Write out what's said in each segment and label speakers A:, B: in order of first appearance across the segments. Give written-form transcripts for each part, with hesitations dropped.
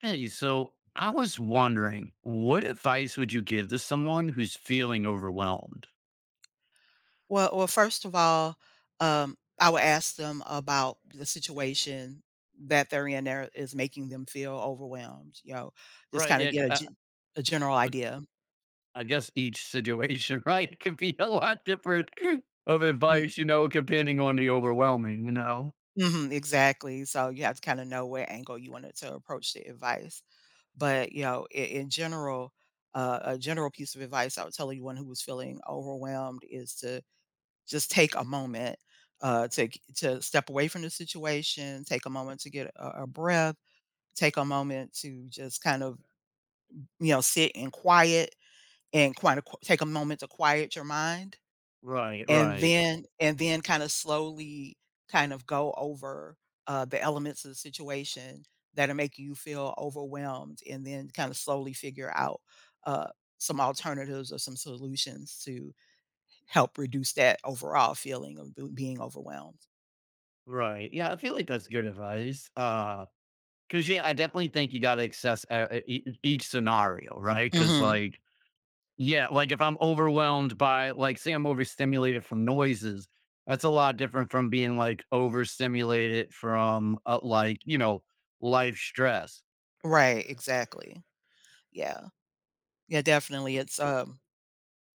A: Hey, so I was wondering, what advice would you give to someone who's feeling overwhelmed?
B: Well, first of all, I would ask them about the situation that they're in there is making them feel overwhelmed, just
A: Right.
B: kinda
A: Yeah,
B: get
A: I,
B: a general
A: I
B: idea.
A: I guess each situation, right? It could be a lot different of
B: Mm
A: advice, you know, depending on the overwhelming, you know?
B: mhm, exactly, so you have to kinda know what angle you wanted to approach the advice, but, you know, I in general, a general piece of advice I would tell anyone who was feeling overwhelmed is to just take a moment, to step away from the situation, take a moment to get a breath, take a moment to just kind of, you know, sit in quiet and kind of take a moment to quiet your mind
A: Right,
B: and
A: right.
B: then kind of slowly kind of go over the elements of the situation that'll make you feel overwhelmed and then kind of slowly figure out uh, some alternatives or some solutions to help reduce that overall feeling of being overwhelmed.
A: Right. Yeah, I feel like that's good advice. Cause yeah, I definitely think you got to assess each scenario, right? Cause
B: Hmm
A: like, yeah, like, if I'm overwhelmed by like, say I'm overstimulated from noises, that's a lot different from being, like, overstimulated from, like, life stress.
B: Right, exactly. Yeah. Yeah, definitely. It's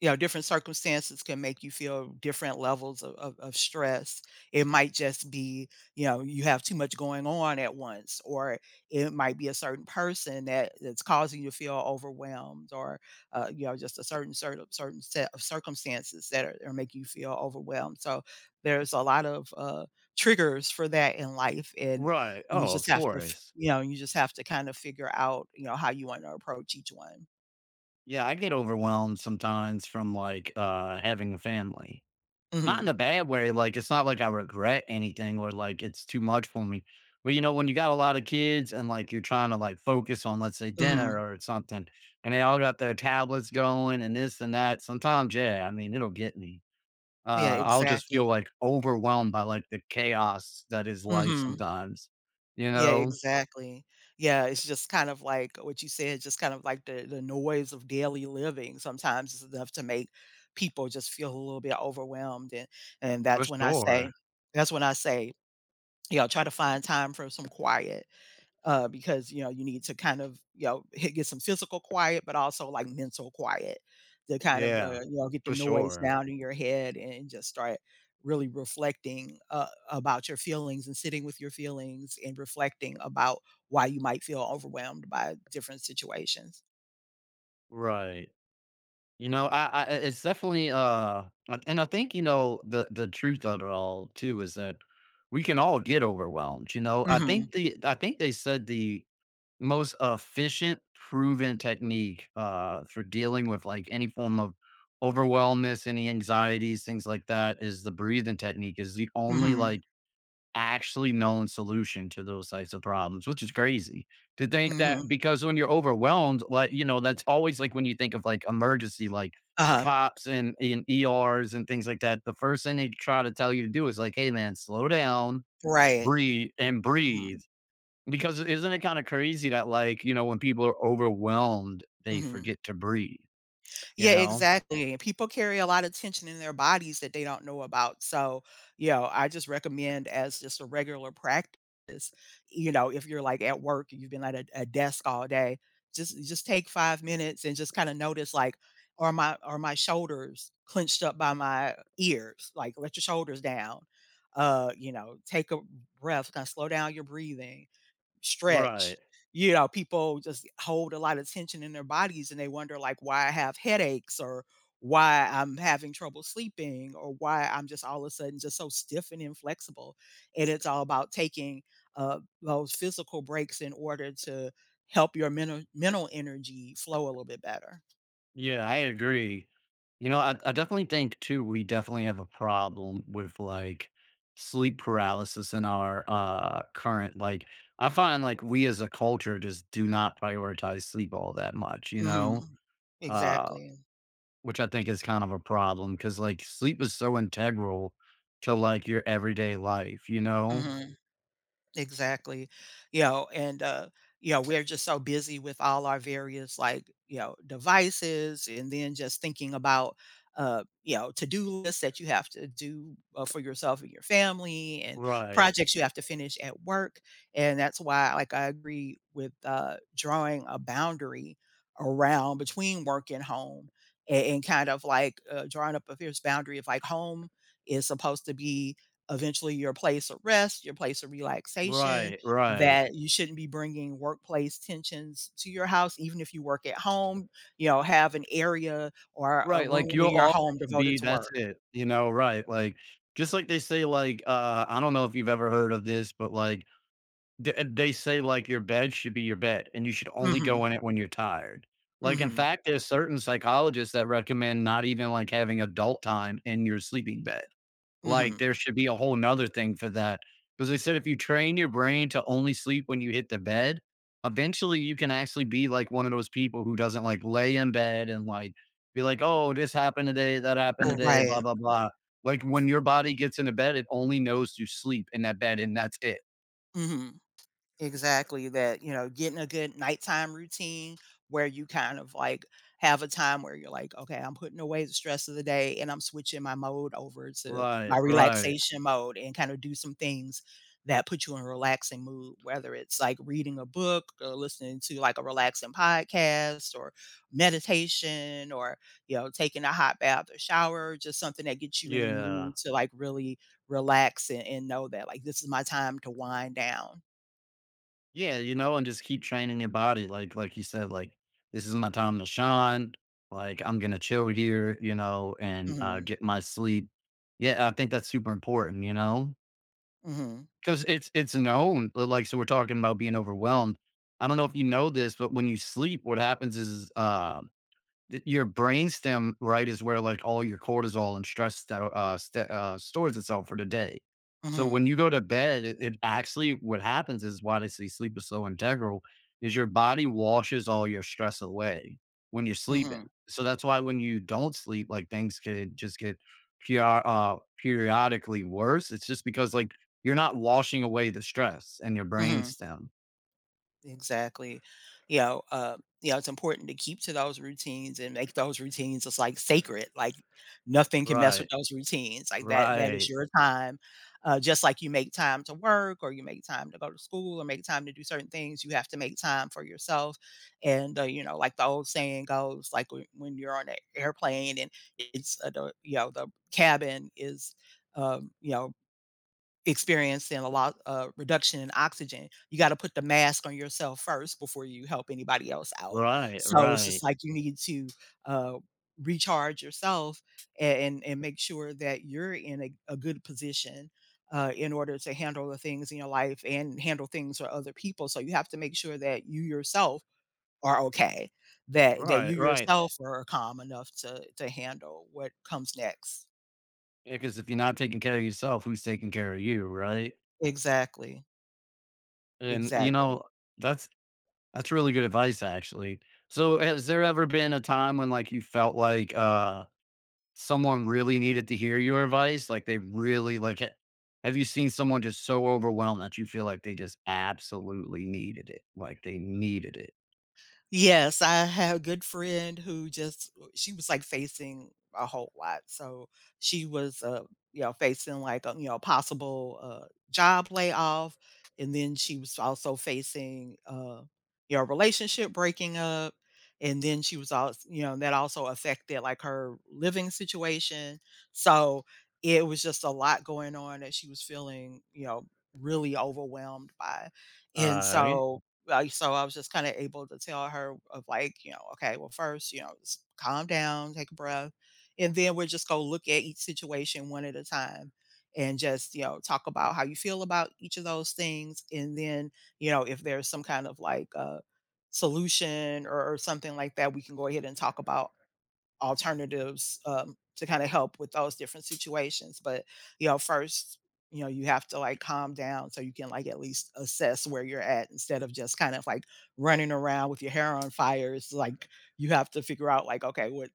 B: you know, different circumstances can make you feel different levels of stress. It might just be, you know, you have too much going on at once, or it might be a certain person that that's causing you to feel overwhelmed, or you know, just a certain set of circumstances that are making you feel overwhelmed. So there's a lot of triggers for that in life, and
A: Right.
B: you
A: Oh, of
B: just have to,
A: course.
B: you know, you just have to kind of figure out, you know, how you want to approach each one.
A: Yeah, I get overwhelmed sometimes from, like, having a family. Not
B: Hmm
A: in a bad way, like, it's not like I regret anything or, like, it's too much for me. But, you know, when you got a lot of kids and, like, you're trying to, like, focus on, let's say, dinner
B: hmm
A: or something, and they all got their tablets going and this and that, sometimes, yeah, I mean, it'll get me.
B: Yeah,
A: I'll just feel,
B: exactly.
A: like, overwhelmed by, like, the chaos that is life
B: Mhm.
A: sometimes, you
B: Yeah,
A: know?
B: exactly. Yeah, it's just kind of like what you said, just kind of like the noise of daily living sometimes is enough to make people just feel a little bit overwhelmed, and and
A: For
B: that's when I say
A: sure.
B: that's when I say, you know, try to find time for some quiet because you know you need to kind of you know get some physical quiet, but also like mental quiet to kind of
A: Yeah.
B: you know get the
A: For
B: noise
A: sure.
B: down in your head and just start really reflecting about your feelings and sitting with your feelings and reflecting about why you might feel overwhelmed by different situations.
A: Right. I it's definitely, and I think, you know, the truth of it all too is that we can all get overwhelmed, you know?
B: Hmm
A: I think they said the most efficient proven technique, for dealing with, like, any form of overwhelmness, any anxieties, things like that, is the breathing technique is the only,
B: hmm
A: like actually known solution to those types of problems, which is crazy to think
B: hmm
A: that because when you're overwhelmed, like, you know, that's always like when you think of like emergency, like
B: Uh-huh.
A: cops and ERs and things like that, the first thing they try to tell you to do is like, hey, man, slow down,
B: Right. hmm
A: breathe. Because isn't it kind of crazy that, like, you know, when people are overwhelmed, they
B: hmm
A: forget to breathe, you
B: Yeah,
A: know?
B: exactly, and people carry a lot of tension in their bodies that they don't know about, so, you know, I just recommend as just a regular practice, you know, if you're, like, at work and you've been at a desk all day, just take 5 minutes and just kinda notice, like, are my shoulders clenched up by my ears? Like, let your shoulders down, you know, take a breath, kinda slow down your breathing stretch,
A: Right.
B: you know, people just hold a lot of tension in their bodies and they wonder like why I have headaches or why I'm having trouble sleeping or why I'm just all of a sudden just so stiff and inflexible. And it's all about taking those physical breaks in order to help your mental energy flow a little bit better.
A: Yeah, I agree. I definitely think too, we definitely have a problem with like sleep paralysis in our current I find like we as a culture just do not prioritize sleep all that much, you know?
B: Mhm.
A: Uh
B: Exactly.
A: which I think is kind of a problem because like sleep is so integral to like your everyday life, you know?
B: Mhm. Exactly. You know, and, you know, we're just so busy with all our various, like, you know, devices and then just thinking about, you know, to-do lists that you have to do, for yourself and your family and
A: Right.
B: projects you have to finish at work. And that's why, like, I agree with, drawing a boundary around between work and home a and kind of, like, drawing up a fierce boundary of, like, home is supposed to be eventually your place of rest, your place of relaxation,
A: Right. Right.
B: that you shouldn't be bringing workplace tensions to your house, even if you work at home, you know, have an area or a
A: Right, like,
B: room in
A: you'll
B: your
A: always
B: home devoted
A: be
B: to
A: that's
B: work.
A: it, you know, right, like, just like they say, like, I don't know if you've ever heard of this, but, like, they say, like, your bed should be your bed, and you should only
B: Mhm,
A: go in it when you're tired. Like, in
B: mhm,
A: fact, there's certain psychologists that recommend not even, like, having adult time in your sleeping bed. Like,
B: mhm.
A: there should be a whole 'nother thing for that because they said if you train your brain to only sleep when you hit the bed, eventually you can actually be like one of those people who doesn't, like, lay in bed and, like, be like, "Oh, this happened today, that happened today, blah,
B: Right.
A: blah, blah." Like, when your body gets into bed, it only knows to sleep in that bed, and that's it.
B: Mhm. Exactly that, you know, getting a good nighttime routine where you kind of like have a time where you're like, okay, I'm putting away the stress of the day and I'm switching my mode over to
A: Right,
B: my
A: right.
B: relaxation mode and kind of do some things that put you in a relaxing mood, whether it's like reading a book or listening to like a relaxing podcast or meditation or, you know, taking a hot bath or shower, just something that gets you in the
A: Yeah.
B: mood to like really relax and know that like this is my time to wind down.
A: Yeah, you know, and just keep training your body. Like you said, like this is my time to shine. Like I'm gonna chill here, you know, and
B: Mhm.
A: get my sleep. Yeah, I think that's super important, you know,
B: Mhm,
A: because it's known. Like so, we're talking about being overwhelmed. I don't know if you know this, but when you sleep, what happens is your brainstem, right, is where like all your cortisol and stress that stores itself for the day. So
B: mhm,
A: when you go to bed, it actually what happens is why they say sleep is so integral is your body washes all your stress away when you're sleeping.
B: mhm,
A: So that's why when you don't sleep, like things could just get PR, uh, periodically worse. It's just because like you're not washing away the stress and your
B: mhm.
A: brainstem.
B: Exactly. You know, it's important to keep to those routines and make those routines just like sacred. Like nothing can mess with
A: Right,
B: those routines. Like that is
A: right,
B: your time. Just like you make time to work or you make time to go to school or make time to do certain things, you have to make time for yourself. And you know, like the old saying goes, like when you're on an airplane and it's the you know the cabin is you know experiencing a lot reduction in oxygen, you gotta put the mask on yourself first before you help anybody else out.
A: right,
B: So it's just
A: right,
B: like you need to uh recharge yourself and make sure that you're in a good position in order to handle the things in your life and handle things for other people. So you have to make sure that you yourself are okay, that
A: right,
B: you
A: right.
B: yourself are calm enough to handle what comes next.
A: Yeah, because if you're not taking care of yourself, who's taking care of you, right?
B: Exactly.
A: And, you
B: Exactly.
A: know, that's that's really good advice, actually. So, has there ever been a time when, like, you felt like, someone really needed to hear your advice? Like, they really, like, ha have you seen someone just so overwhelmed that you feel like they just absolutely needed it? Like, they needed it.
B: Yes, I had a good friend who just she was, like, facing a whole lot, so she was, you know, facing, like, a, you know, possible, job layoff, and then she was also facing, you know, relationship breaking up, and then she was also, you know, that also affected, like, her living situation, so it was just a lot going on that she was feeling, you know, really overwhelmed by, and Mm.
A: Alright.
B: so I was just kinda able to tell her of like, you know, "Okay, well, first, you know, just calm down, take a breath, and then we're just gonna look at each situation one at a time and just, you know, talk about how you feel about each of those things, and then, you know, if there's some kind of like, solution or something like that, we can go ahead and talk about alternatives to kind of help with those different situations. But you know, first, you know, you have to like calm down so you can like at least assess where you're at instead of just kind of like running around with your hair on fire. It's like you have to figure out like, okay,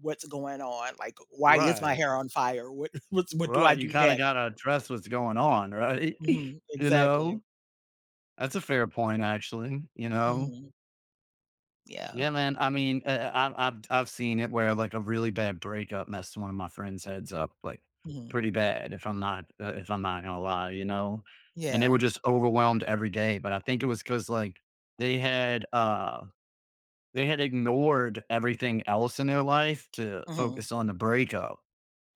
B: what's going on? Like, why is my
A: Right.
B: hair on fire? What what do I
A: Right, you
B: do
A: kinda
B: next?"
A: gotta address what's going on, right?
B: Mhm,
A: You
B: exactly.
A: know? That's a fair point, actually, you know?
B: hmm Yeah.
A: Yeah, man. I mean, I've seen it where like a really bad breakup messed one of my friends' heads up, like
B: hmm
A: pretty bad. If I'm not gonna lie, you know. And they were
B: Yeah.
A: just overwhelmed every day. But I think it was because like they had uh they had ignored everything else in their life to
B: hmm
A: focus on the breakup.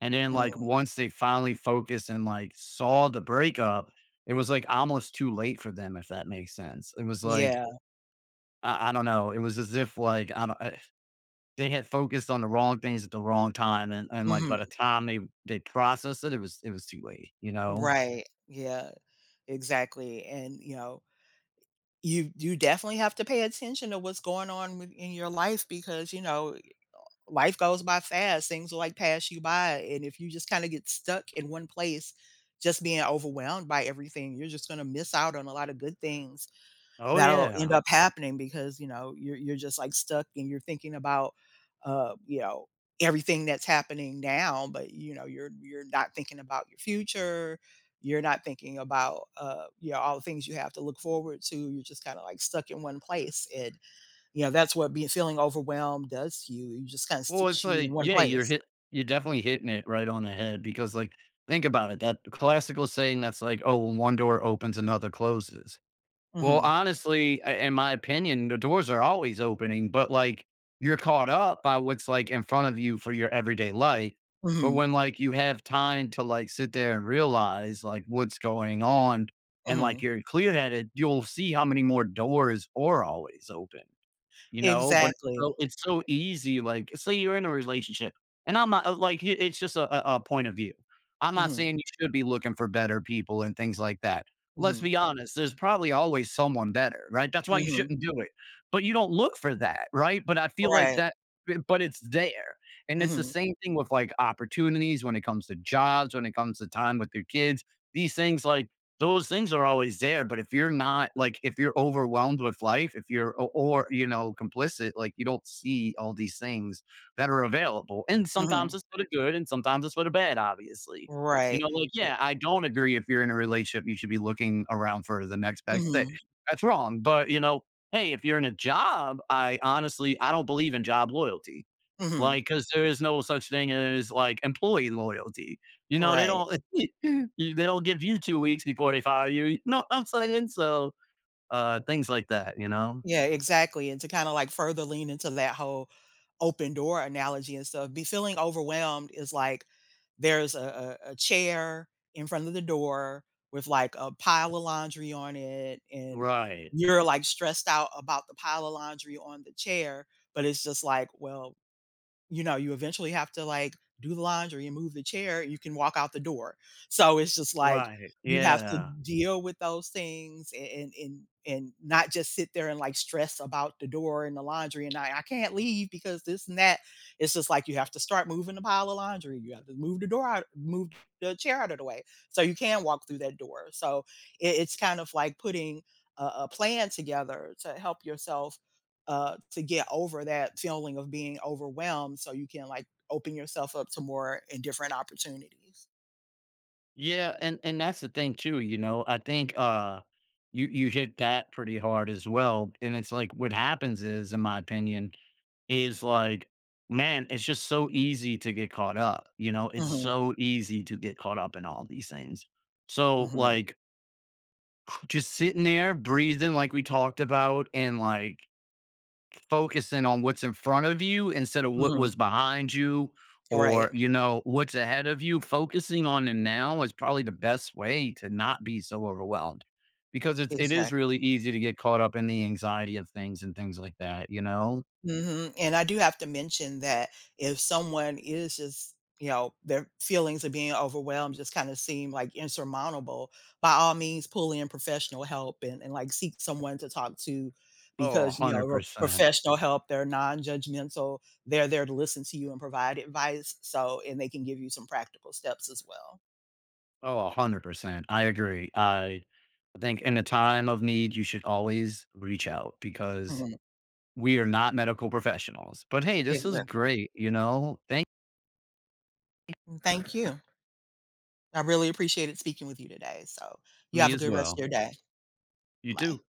A: And then like
B: hmm
A: once they finally focused and like saw the breakup, it was like almost too late for them, if that makes sense. It was like
B: Yeah.
A: I don't know. It was as if like I don't. They had focused on the wrong things at the wrong time, and, like, by
B: hmm
A: the time they processed it, it was too late, you know?
B: Right. Yeah. Exactly. And you know, You definitely have to pay attention to what's going on with in your life because, you know, life goes by fast, things will, like, pass you by, and if you just kinda get stuck in one place, just being overwhelmed by everything, you're just gonna miss out on a lot of good things.
A: Oh,
B: That'll end
A: yeah.
B: up happening because, you know, you're just, like, stuck and you're thinking about, you know, everything that's happening now, but, you know, you're not thinking about your future, you're not thinking about, you know, all the things you have to look forward to, you're just kinda, like, stuck in one place, and, you know, that's what being feeling overwhelmed does to you, You just kinda
A: Well, it's
B: sticks you in
A: like,
B: one
A: yeah,
B: place.
A: you're definitely hitting it right on the head because, like, think about it, that classical saying that's like, "Oh, when one door opens, another closes." Well,
B: Mhm.
A: honestly, I in my opinion, the doors are always opening, but, like, you're caught up by what's, like, in front of you for your everyday life. But
B: Mhm.
A: when, like, you have time to, like, sit there and realize, like, what's going on and, like,
B: Mhm.
A: you're clear-headed, you'll see how many more doors are always open. You know, but
B: Exactly.
A: it's so easy, like, say you're in a relationship, and I'm not, like, it's just a point of view. I'm not
B: Mhm.
A: saying you should be looking for better people and things like that. Let's
B: Mhm.
A: be honest, there's probably always someone better, right? That's why you
B: Mhm.
A: shouldn't do it, but you don't look for that, right? But I feel like
B: Right.
A: that b but it's there, and it's the
B: Mhm.
A: same thing with, like, opportunities when it comes to jobs, when it comes to time with your kids, these things like those things are always there. But if you're not like, if you're overwhelmed with life, if you know, complicit, like you don't see all these things that are available. And
B: Mhm.
A: sometimes it's for the good and sometimes it's for the bad, obviously. You
B: Right.
A: know, like, yeah, I don't agree if you're in a relationship, you should be looking around for the next
B: E
A: best thing.
B: mhm.
A: That's wrong. But, you know, hey, if you're in a job, I honestly, I don't believe in job loyalty.
B: Mhm.
A: Like, because there is no such thing as like employee loyalty. You know, they
B: Right.
A: don't you they don't give you 2 weeks before they fire you. You know what I'm saying? So, things like that, you know?
B: Yeah, exactly, and to kinda, like, further lean into that whole open door analogy and stuff, be feeling overwhelmed is like there's a chair in front of the door with, like, a pile of laundry on it, and
A: Right.
B: you're, like, stressed out about the pile of laundry on the chair, but it's just like, "Well, you know, you eventually have to like do the laundry and move the chair, you can walk out the door. So it's just like
A: Right.
B: you have to
A: Yeah.
B: deal with those things and and not just sit there and like stress about the door and the laundry and I can't leave because this and that. It's just like you have to start moving the pile of laundry. You have to move the door out, move the chair out of the way so you can walk through that door. So it's kind of like putting a plan together to help yourself to get over that feeling of being overwhelmed so you can like open yourself up to more and different opportunities.
A: Yeah, and that's the thing too, you know? I think, you you hit that pretty hard as well, and it's like what happens is, in my opinion, is like, man, it's just so easy to get caught up, you know? It's
B: Mhm,
A: so easy to get caught up in all these things. So,
B: mhm,
A: like just sitting there, breathing like we talked about, and, like, focusing on what's in front of you instead of what
B: mhm.
A: was behind you or,
B: Right.
A: you know, what's ahead of you. Focusing on the now is probably the best way to not be so overwhelmed because it is
B: Exactly.
A: really easy to get caught up in the anxiety of things and things like that, you know?
B: Mhm, and I do have to mention that if someone is just you know, their feelings of being overwhelmed just kind of seem like insurmountable, by all means, pull in professional help and like, seek someone to talk to
A: Oh,
B: because, you know, r
A: 100%.
B: professional help, they're non-judgmental, they're there to listen to you and provide advice, so and they can give you some practical steps as well.
A: Oh, 100%. I agree. I think in a time of need, you should always reach out because
B: Mhm.
A: we are not medical professionals, but hey, this is
B: Exact
A: great, you know? Thank
B: Thank you. I really appreciated speaking with you today, so you
A: me
B: have a
A: as
B: good rest of
A: well.
B: your day.
A: You
B: Bye.
A: too.